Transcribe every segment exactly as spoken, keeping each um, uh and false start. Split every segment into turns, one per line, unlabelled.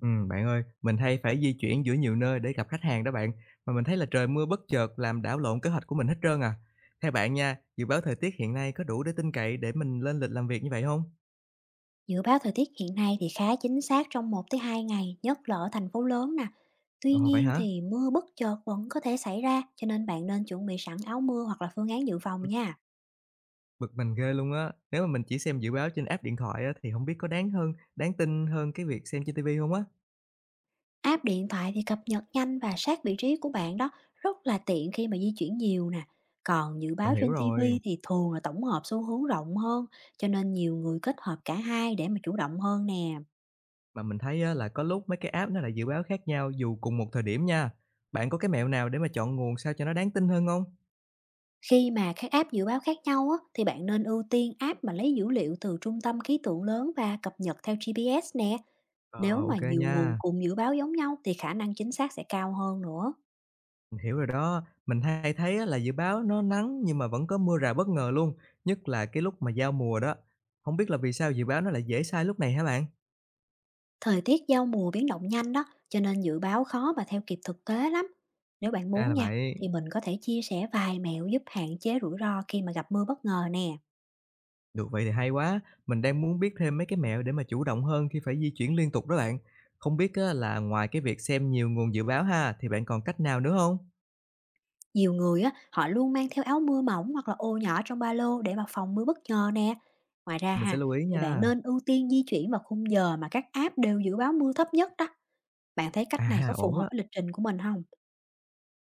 Ừm, bạn ơi, mình hay phải di chuyển giữa nhiều nơi để gặp khách hàng đó bạn, mà mình thấy là trời mưa bất chợt làm đảo lộn kế hoạch của mình hết trơn à. Theo bạn nha, dự báo thời tiết hiện nay có đủ để tin cậy để mình lên lịch làm việc như vậy không?
Dự báo thời tiết hiện nay thì khá chính xác trong một tới hai ngày, nhất là ở thành phố lớn nè. Tuy
Ồ, vậy
nhiên
hả?
thì mưa bất chợt vẫn có thể xảy ra, cho nên bạn nên chuẩn bị sẵn áo mưa hoặc là phương án dự phòng
Ừm,
nha.
bực mình ghê luôn á. Nếu mà mình chỉ xem dự báo trên app điện thoại á thì không biết có đáng hơn đáng tin hơn cái việc xem trên ti vi hông á?
App điện thoại thì cập nhật nhanh và sát vị trí của bạn đó, rất là tiện khi mà di chuyển nhiều nè. Còn dự
Mình
báo
hiểu
trên
rồi,
ti vi thì thường là tổng hợp xu hướng rộng hơn, cho nên nhiều người kết hợp cả hai để mà chủ động hơn nè.
mà mình thấy á là có lúc mấy cái app nó lại dự báo khác nhau dù cùng một thời điểm nha. Bạn có cái mẹo nào để mà chọn nguồn sao cho nó đáng tin hơn không?
Khi mà các app dự báo khác nhau á, thì bạn nên ưu tiên app mà lấy dữ liệu từ trung tâm khí tượng lớn và cập nhật theo giê pê ét nè.
Ờ,
Nếu
ô
mà nhiều nguồn
nha.
cùng dự báo giống nhau thì khả năng chính xác sẽ cao hơn nữa.
Mình hiểu rồi đó, mình hay thấy á là dự báo nó nắng nhưng mà vẫn có mưa rào bất ngờ luôn, nhất là cái lúc mà giao mùa đó. Không biết là vì sao dự báo nó lại dễ sai lúc này hả bạn?
Thời tiết giao mùa biến động nhanh đó, cho nên dự báo khó mà theo kịp thực tế lắm. Nếu bạn
Ra
muốn
là
nha,
vậy,
thì mình có thể chia sẻ vài mẹo giúp hạn chế rủi ro khi mà gặp mưa bất ngờ nè.
được vậy thì hay quá. Mình đang muốn biết thêm mấy cái mẹo để mà chủ động hơn khi phải di chuyển liên tục đó bạn. Không biết á là ngoài cái việc xem nhiều nguồn dự báo ha, thì bạn còn cách nào nữa không?
Nhiều người á, họ luôn mang theo áo mưa mỏng hoặc là ô nhỏ trong ba lô để mà phòng mưa bất ngờ nè. Ngoài ra
Mình sẽ
ha,
lưu ý
thì bạn
nha.
nên ưu tiên di chuyển vào khung giờ mà các app đều dự báo mưa thấp nhất đó. Bạn thấy cách này
À,
có phù
ổn
hợp
á.
với lịch trình của mình không?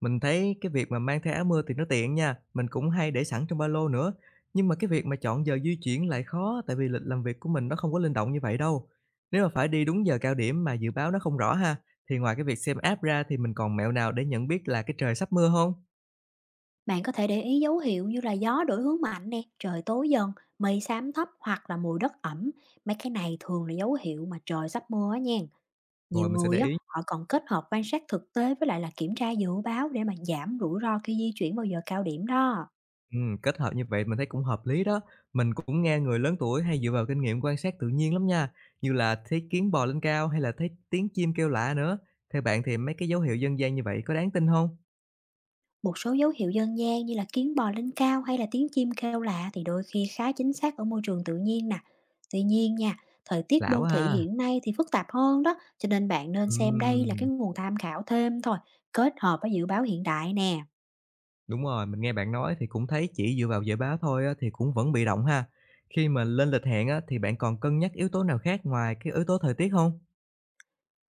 Mình thấy cái việc mà mang theo áo mưa thì nó tiện nha, mình cũng hay để sẵn trong ba lô nữa. Nhưng mà cái việc mà chọn giờ di chuyển lại khó tại vì lịch làm việc của mình nó không có linh động như vậy đâu. Nếu mà phải đi đúng giờ cao điểm mà dự báo nó không rõ ha, thì ngoài cái việc xem app ra thì mình còn mẹo nào để nhận biết là cái trời sắp mưa không?
Bạn có thể để ý dấu hiệu như là gió đổi hướng mạnh nè, trời tối dần, mây xám thấp hoặc là mùi đất ẩm. Mấy cái này thường là dấu hiệu mà trời sắp mưa á nha.
Rồi
Nhiều
mình sẽ
người
để
á,
ý.
họ còn kết hợp quan sát thực tế với lại là kiểm tra dự báo để mà giảm rủi ro khi di chuyển vào giờ cao điểm đó.
Ừm, kết hợp như vậy mình thấy cũng hợp lý đó. Mình cũng nghe người lớn tuổi hay dựa vào kinh nghiệm quan sát tự nhiên lắm nha, như là thấy kiến bò lên cao hay là thấy tiếng chim kêu lạ nữa. Theo bạn thì mấy cái dấu hiệu dân gian như vậy có đáng tin không?
Một số dấu hiệu dân gian như là kiến bò lên cao hay là tiếng chim kêu lạ thì đôi khi khá chính xác ở môi trường tự nhiên nè. Tuy nhiên nha, thời tiết
Lạ
đô
quá
thị
ha!
hiện nay thì phức tạp hơn đó, cho nên bạn nên xem đây là
Ừm,
cái nguồn tham khảo thêm thôi, kết hợp với dự báo hiện đại nè.
đúng rồi, mình nghe bạn nói thì cũng thấy chỉ dựa vào giờ báo thôi á thì cũng vẫn bị động ha. Khi mà lên lịch hẹn á thì bạn còn cân nhắc yếu tố nào khác ngoài cái yếu tố thời tiết không?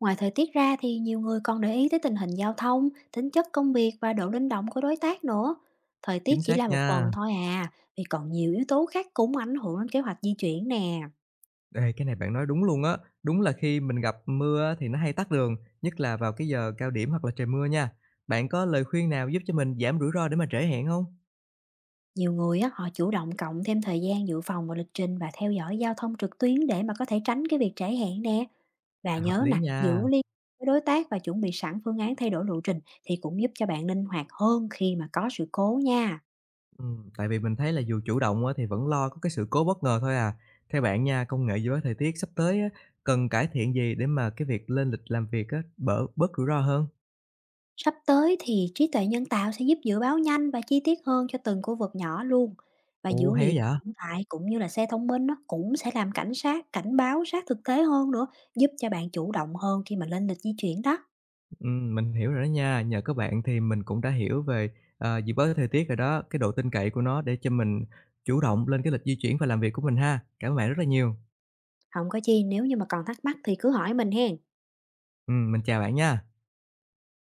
Ngoài thời tiết ra thì nhiều người còn để ý tới tình hình giao thông, tính chất công việc và độ linh động của đối tác nữa. Thời tiết
Chính
chỉ
xác
là một
nha.
phần thôi à, vì còn nhiều yếu tố khác cũng ảnh hưởng đến kế hoạch di chuyển nè.
Ê, cái này bạn nói đúng luôn á. Đúng là khi mình gặp mưa á thì nó hay tắc đường, nhất là vào cái giờ cao điểm hoặc là trời mưa nha. Bạn có lời khuyên nào giúp cho mình giảm rủi ro để mà trễ hẹn không?
Nhiều người á, họ chủ động cộng thêm thời gian dự phòng vào lịch trình và theo dõi giao thông trực tuyến để mà có thể tránh cái việc trễ hẹn nè. Và
À, hợp
nhớ nè,
lý nha.
giữ liên lạc với đối tác và chuẩn bị sẵn phương án thay đổi lộ trình thì cũng giúp cho bạn linh hoạt hơn khi mà có sự cố nha.
Ừm, tại vì mình thấy là dù chủ động á, thì vẫn lo có cái sự cố bất ngờ thôi à. Theo bạn nha, công nghệ dự báo thời tiết sắp tới á, cần cải thiện gì để mà cái việc lên lịch làm việc á, bỡ bớt rủi ro hơn?
Sắp tới thì trí tuệ nhân tạo sẽ giúp dự báo nhanh và chi tiết hơn cho từng khu vực nhỏ luôn. Và
Ồ,
dữ
hay quá
liệu
vậy!
hiện tại cũng như là xe thông minh nó cũng sẽ làm cảnh sát, cảnh báo sát thực tế hơn nữa, giúp cho bạn chủ động hơn khi mà lên lịch di chuyển đó.
Ừm, mình hiểu rồi đó nha. Nhờ các bạn thì mình cũng đã hiểu về, ờ, dự báo thời tiết rồi đó, cái độ tin cậy của nó để cho mình chủ động lên cái lịch di chuyển và làm việc của mình ha. Cảm ơn bạn rất là nhiều.
Không có chi, nếu như mà còn thắc mắc thì cứ hỏi mình hen.
Ừm, mình chào bạn nha.